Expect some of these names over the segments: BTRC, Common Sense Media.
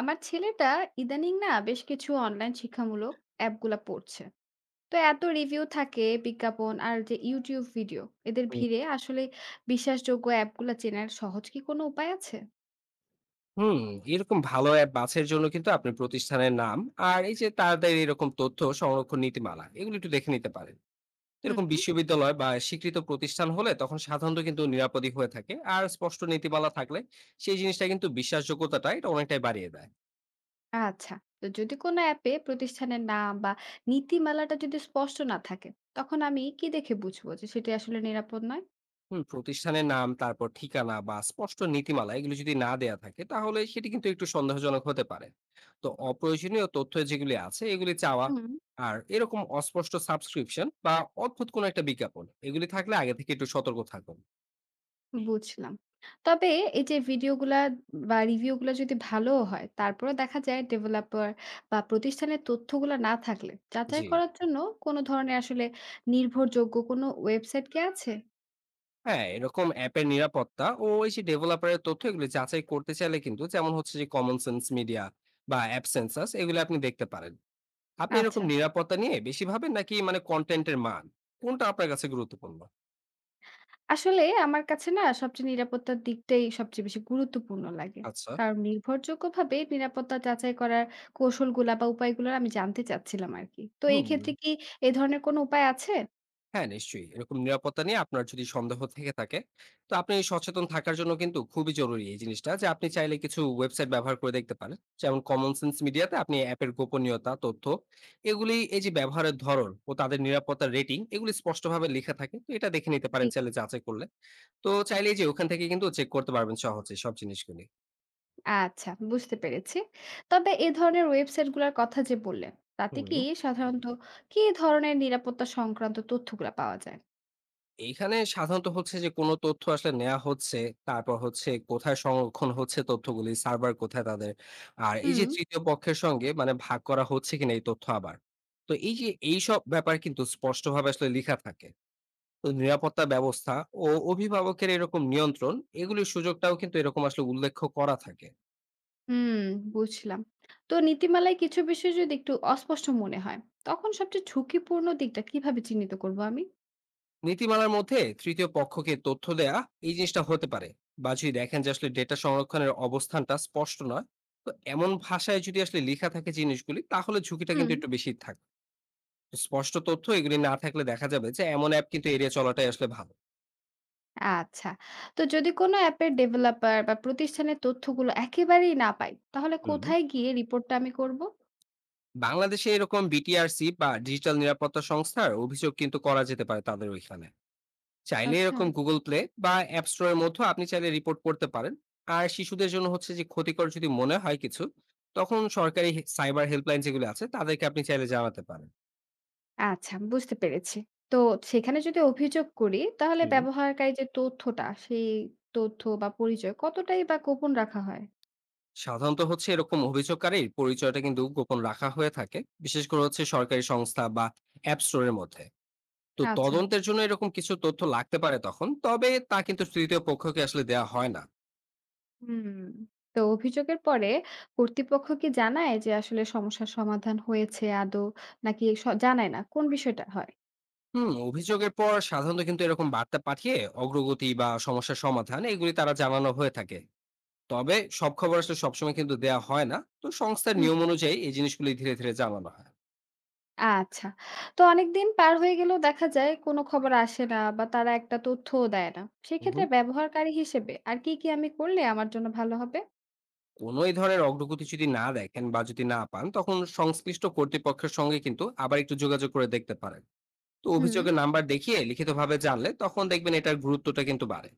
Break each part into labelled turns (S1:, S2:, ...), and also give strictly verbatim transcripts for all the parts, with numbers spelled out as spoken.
S1: আমার ছেলেটা ইদানিং না বেশ কিছু অনলাইন শিক্ষামূলক অ্যাপগুলা পড়ছে। তো এত রিভিউ থাকে, বিজ্ঞাপন আর যে ইউটিউব ভিডিও, এদের
S2: হুম,
S1: ভিড়ে আসলে বিশ্বাসযোগ্য অ্যাপগুলা চেনার সহজ কি কোনো উপায় আছে?
S2: হুম, এরকম ভালো অ্যাপ বাছাইয়ের জন্য কিন্তু আপনি প্রতিষ্ঠানের নাম আর এই যে তাদের এরকম তথ্য সংরক্ষণ নীতিমালা এগুলো একটু দেখে নিতে পারেন। এরকম
S1: হুম,
S2: বিশ্ববিদ্যালয় বা স্বীকৃত প্রতিষ্ঠান হলে তখন সাধারণত কিন্তু নিরাপদই হয়ে থাকে আর স্পষ্ট নীতিমালা থাকলে সেই জিনিসটা কিন্তু বিশ্বাসযোগ্যতাটা এটা অনেকটাই বাড়িয়ে দেয়।
S1: আচ্ছা। তো যদি কোনো অ্যাপে প্রতিষ্ঠানের নাম বা নীতিমালাটা যদি স্পষ্ট না থাকে, তখন আমি কি দেখে বুঝবো যে সেটা আসলে নিরাপদ
S2: হুম, প্রতিষ্ঠানের নাম, তারপর ঠিকানা বা স্পষ্ট নীতিমালা এগুলো যদি না দেয়া থাকে তাহলে সেটি কিন্তু একটু সন্দেহজনক হতে পারে। তো অপ্রয়োজনীয় তথ্য যেগুলি আছে এগুলি চাওয়া
S1: নয়?
S2: আর এরকম অস্পষ্ট সাবস্ক্রিপশন বা অদ্ভুত কোনো একটা বিজ্ঞাপন এগুলি থাকলে আগে থেকে একটু সতর্ক থাকুন।
S1: বুঝলাম। তবে এই যে ভিডিওগুলা বা রিভিউ গুলা যদি ভালোও হয়, তারপরেও দেখা যায় ডেভেলপার বা প্রতিষ্ঠানের তথ্যগুলা না থাকলে
S2: জি।
S1: যাচাই করার জন্য কোন ধরনের আসলে নির্ভরযোগ্য কোনো ওয়েবসাইট কি আছে?
S2: হ্যাঁ, এরকম অ্যাপের নিরাপত্তা ও এই যে ডেভেলপারের তথ্য এগুলি যাচাই করতে চাইলে কিন্তু যেমন হচ্ছে যে কমন সেন্স মিডিয়া বা অ্যাপ সেন্সাস এগুলি আপনি দেখতে পারেন। আপনি এরকম
S1: আচ্ছা।
S2: নিরাপত্তা নিয়ে বেশি ভাবেন নাকি মানে কন্টেন্টের মান কোনটা আপনার কাছে গুরুত্বপূর্ণ?
S1: আসলে আমার কাছে না সবচেয়ে নিরাপত্তার দিকটাই সবচেয়ে বেশি গুরুত্বপূর্ণ লাগে।
S2: আচ্ছা।
S1: কারণ নির্ভরযোগ্যভাবে নিরাপত্তা যাচাই করার কৌশলগুলা বা উপায়গুলা আমি জানতে চাচ্ছিলাম আরকি। তো এই
S2: হুম,
S1: ক্ষেত্রে কি এই ধরনের কোনো উপায় আছে?
S2: হ্যাঁ নিশ্চয়ই। এরকম নিরাপত্তা নিয়ে আপনার যদি সন্দেহ থেকে থাকে, তো আপনি সচেতন থাকার জন্য কিন্তু খুবই জরুরি এই জিনিসটা যে আপনি চাইলে কিছু ওয়েবসাইট ব্যবহার করে দেখতে পারেন। যেমন Common Sense Media তে আপনি অ্যাপের গোপনীয়তা, তথ্য এগুলি এই যে ব্যবহারের ধরন ও তাদের নিরাপত্তার রেটিং এগুলি স্পষ্টভাবে লেখা থাকে। তো এটা দেখে নিতে পারেন চাইলে যাচাই করলে। তো চাইলেই যে ওখান থেকে কিন্তু চেক করতে পারবেন সহজে সব জিনিসগুলি।
S1: আচ্ছা, বুঝতে পেরেছি। তবে এ ধরনের ওয়েবসাইটগুলোর কথা যে বললেন, তাতে
S2: হুম।
S1: কি হুম। সাধারণত কি ধরনের নিরাপত্তা সংক্রান্ত তথ্যগুলা পাওয়া যায়?
S2: এইখানে সাধারণত হচ্ছে যে কোন তথ্য আসলে নেওয়া হচ্ছে, তারপর হচ্ছে কোথায় সংরক্ষণ হচ্ছে তথ্যগুলি, সার্ভার কোথায় তাদের। আর এই যে
S1: হুম,
S2: তৃতীয় পক্ষের সঙ্গে মানে ভাগ করা হচ্ছে কিনা এই তথ্য আবার। তো এই যে এইসব ব্যাপার কিন্তু স্পষ্টভাবে আসলে লিখা থাকে। তো নিরাপত্তা ব্যবস্থা ও অভিভাবকের এরকম নিয়ন্ত্রণ, এগুলির সুযোগটাও কিন্তু এরকম আসলে উল্লেখ্য করা থাকে।
S1: হুম, বুঝলাম। তো নীতিমালায় কিছু বিষয় যদি একটু অস্পষ্ট মনে হয়, তখন সবচেয়ে ঝুঁকিপূর্ণ দিকটা কিভাবে চিহ্নিত করব আমি?
S2: নীতিমালার মধ্যে তৃতীয় পক্ষকে তথ্য দেয়া এই জিনিসটা হতে পারে বা যদি দেখেন যে আসলে ডেটা সংরক্ষণের অবস্থানটা স্পষ্ট নয়, তো এমন ভাষায় যদি আসলে লেখা থাকে জিনিসগুলি তাহলে ঝুঁকিটা কিন্তু
S1: হুম,
S2: একটু বেশি থাকে। তো স্পষ্ট তথ্য এগুলি না থাকলে দেখা যাবে যে এমন অ্যাপ কিন্তু এড়িয়ে চলাটাই আসলে ভালো।
S1: আচ্ছা। তো যদি কোনো অ্যাপের ডেভেলপার বা প্রতিষ্ঠানের তথ্যগুলো একেবারেই না পাই, তাহলে
S2: হুম।
S1: কোথায় গিয়ে রিপোর্টটা আমি করব?
S2: বাংলাদেশে এরকম বিটিআরসি বা ডিজিটাল নিরাপত্তা সংস্থার অভিযোগ কিন্তু করা যেতে পারে তাদের ওইখানে। চাইলে
S1: আচ্ছা।
S2: এরকম গুগল প্লে বা অ্যাপ স্টোরের মধ্যেও আপনি চাইলে রিপোর্ট করতে পারেন। আর শিশুদের জন্য হচ্ছে যে ক্ষতিকর যদি মনে হয় কিছু, তখন সরকারি সাইবার হেল্পলাইন যেগুলো আছে তাদেরকে আপনি চাইলে জানাতে পারেন।
S1: আচ্ছা, বুঝতে পেরেছি। তো সেখানে যদি অভিযোগ করি, তাহলে
S2: হুম।
S1: ব্যবহারকারী যে তথ্যটা, সেই তথ্য বা পরিচয় কতটাই বা গোপন রাখা হয়?
S2: সাধারণত হচ্ছে এরকম অভিযোগকারীর পরিচয়টা কিন্তু গোপন রাখা হয়ে থাকে, বিশেষ করে হচ্ছে সরকারি সংস্থা বা অ্যাপ স্টোরের মধ্যে। তো
S1: আচ্ছা,
S2: তদন্তের জন্য এরকম কিছু তথ্য লাগতে পারে তখন, তবে তা কিন্তু তৃতীয় পক্ষকে আসলে দেওয়া হয় না।
S1: হুম। তো অভিযোগের পরে কর্তৃপক্ষ কি জানায় যে আসলে সমস্যার সমাধান হয়েছে আদৌ? নাকি স জানায় না? কোন বিষয়টা হয়?
S2: হুম, অভিযোগের পর সাধারণত কিন্তু এরকম বার্তা পাঠিয়ে অগ্রগতি বা সমস্যার সমাধান এগুলি তারা জানানো হয়ে থাকে। তবে সব খবর আসলে সবসময় কিন্তু দেয়া হয় না। তো সংস্থার
S1: হুম,
S2: নিয়ম অনুযায়ী এই জিনিসগুলি ধীরে, ধীরে জানানো হয়।
S1: আচ্ছা। তো অনেকদিন পার হয়ে গেলেও দেখা যায় কোনো খবর আসে না বা তারা একটা তথ্যও দেয় না।
S2: উহু।
S1: সেক্ষেত্রে ব্যবহারকারী হিসেবে আর কি, কি আমি করলে আমার জন্য ভালো হবে?
S2: কোন এই ধরনের অগ্রগতি যদি না দেখেন বা যদি না পান তখন সংশ্লিষ্ট কর্তৃপক্ষের সঙ্গে কিন্তু আবার একটু যোগাযোগ করে দেখতে পারেন। তো
S1: হুম,
S2: অভিযোগের নাম্বার দেখিয়ে লিখিতভাবে জানলে তখন দেখবেন এটার গুরুত্বটা কিন্তু বাড়ে।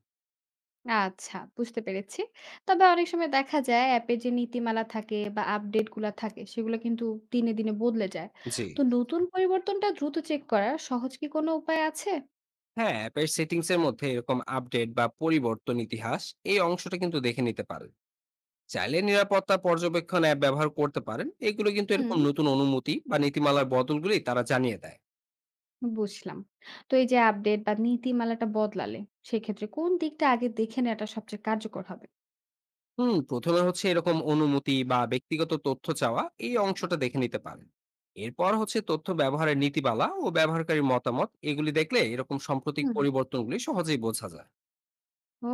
S1: আচ্ছা, বুঝতে পেরেছি। তবে অনেক সময় দেখা যায় অ্যাপে যে নীতিমালা থাকে বা আপডেট গুলা থাকে সেগুলো কিন্তু দিনে, দিনে বদলে যায়।
S2: জি।
S1: তো নতুন পরিবর্তনটা দ্রুত চেক করার সহজ কি কোনো উপায় আছে?
S2: হ্যাঁ, অ্যাপের সেটিংস এর মধ্যে এরকম আপডেট বা পরিবর্তন ইতিহাস এই অংশটা কিন্তু দেখে নিতে পারেন। চাইলে নিরাপত্তা পর্যবেক্ষণ অ্যাপ ব্যবহার করতে পারেন। এগুলো কিন্তু এরকম
S1: হুম,
S2: নতুন অনুমতি বা নীতিমালার বদলগুলি তারা জানিয়ে দেয়।
S1: বুঝলাম। তো এই যে আপডেট বা নীতিমালাটা বদলালে সেক্ষেত্রে কোন দিকটা আগে দেখে নেওয়াটা সবচেয়ে কার্যকর হবে?
S2: হুম, প্রথমে হচ্ছে এরকম অনুমতি বা ব্যক্তিগত তথ্য চাওয়া এই অংশটা দেখে নিতে পারেন। এরপর হচ্ছে তথ্য ব্যবহারের নীতিমালা ও ব্যবহারকারীর মতামত এগুলি দেখলে এরকম সাম্প্রতিক
S1: হুম,
S2: পরিবর্তনগুলি সহজেই বোঝা যায়।
S1: ও,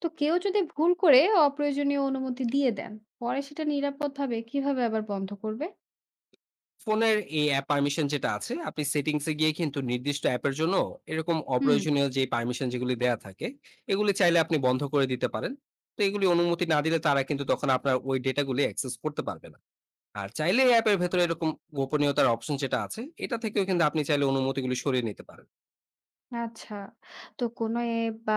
S1: তো কেউ যদি ভুল করে অপ্রয়োজনীয় অনুমতি দিয়ে দেন, পরে সেটা নিরাপদভাবে কিভাবে আবার বন্ধ করবে?
S2: ফোনের এই অ্যাপ পারমিশন যেটা আছে আপনি সেটিংসে গিয়ে কিন্তু নির্দিষ্ট অ্যাপের জন্য এরকম
S1: হুম,
S2: অপ্রয়োজনীয় যে পারমিশন যেগুলি দেয়া থাকে এগুলি চাইলে আপনি বন্ধ করে দিতে পারেন। তো এগুলি অনুমতি না দিলে তারা কিন্তু তখন আপনার ওই ডেটাগুলি অ্যাক্সেস করতে পারবে না। আর চাইলে এই অ্যাপের ভেতরে এরকম গোপনীয়তার অপশন যেটা আছে, এটা থেকেও কিন্তু আপনি চাইলে অনুমতিগুলো সরিয়ে নিতে পারেন।
S1: আচ্ছা। তো কোনো অ্যাপ বা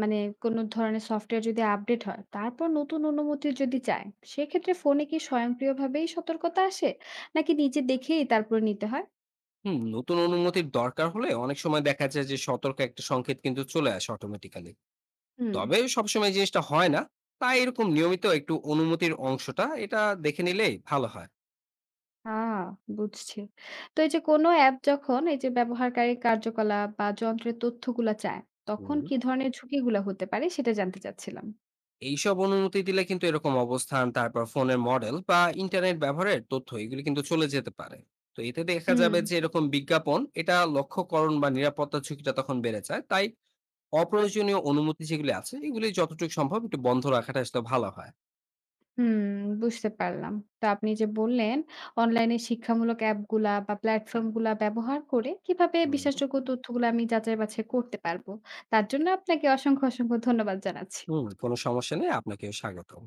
S1: মানে কোনো ধরনের সফটওয়্যার যদি আপডেট হয়, তারপর নতুন অনুমতি যদি চায়, সেক্ষেত্রে ফোনে কি স্বয়ংক্রিয়ভাবেই সতর্কতা আসে? নাকি নিজে দেখেই তারপরে নিতে হয়?
S2: হুম, নতুন অনুমতির দরকার হলে অনেক সময় দেখা যায় যে সতর্ক একটা সংকেত কিন্তু চলে আসে অটোমেটিক্যালি।
S1: হুম।
S2: তবে সবসময় এই জিনিসটা হয় না। তাই এরকম নিয়মিত একটু অনুমতির অংশটা এটা দেখে নিলেই ভালো হয়।
S1: আ বুঝছি। তো এই যে কোনো অ্যাপ যখন এই যে ব্যবহারকারীর কার্যকলাপ বা যন্ত্রের তথ্যগুলা চায়, তখন
S2: হুম।
S1: কি ধরনের ঝুঁকিগুলা হতে পারে? সেটা জানতে চাচ্ছিলাম।
S2: এইসব অনুমতি দিলে কিন্তু এরকম অবস্থান, তারপর ফোনের মডেল বা ইন্টারনেট ব্যবহারের তথ্য এগুলো কিন্তু চলে যেতে পারে। তো এতে দেখা
S1: হুম,
S2: যাবে যে এরকম বিজ্ঞাপন এটা লক্ষ্যকরণ বা নিরাপত্তা ঝুঁকিটা তখন বেড়ে যায়। তাই অপ্রয়োজনীয় অনুমতি যেগুলি আছে এগুলি যতটুকু সম্ভব একটু বন্ধ রাখাটা আসলে ভালো হয়।
S1: হুম, বুঝতে পারলাম। তো আপনি যে বললেন, অনলাইনে শিক্ষামূলক অ্যাপগুলা বা প্ল্যাটফর্মগুলা ব্যবহার করে কিভাবে
S2: হুম,
S1: বিশ্বাসযোগ্য তথ্যগুলো আমি যাচাই বাছাই করতে পারবো। তার জন্য আপনাকে অসংখ্য, অসংখ্য ধন্যবাদ জানাচ্ছি।
S2: হুম, কোনো সমস্যা নেই। আপনাকেও স্বাগতম।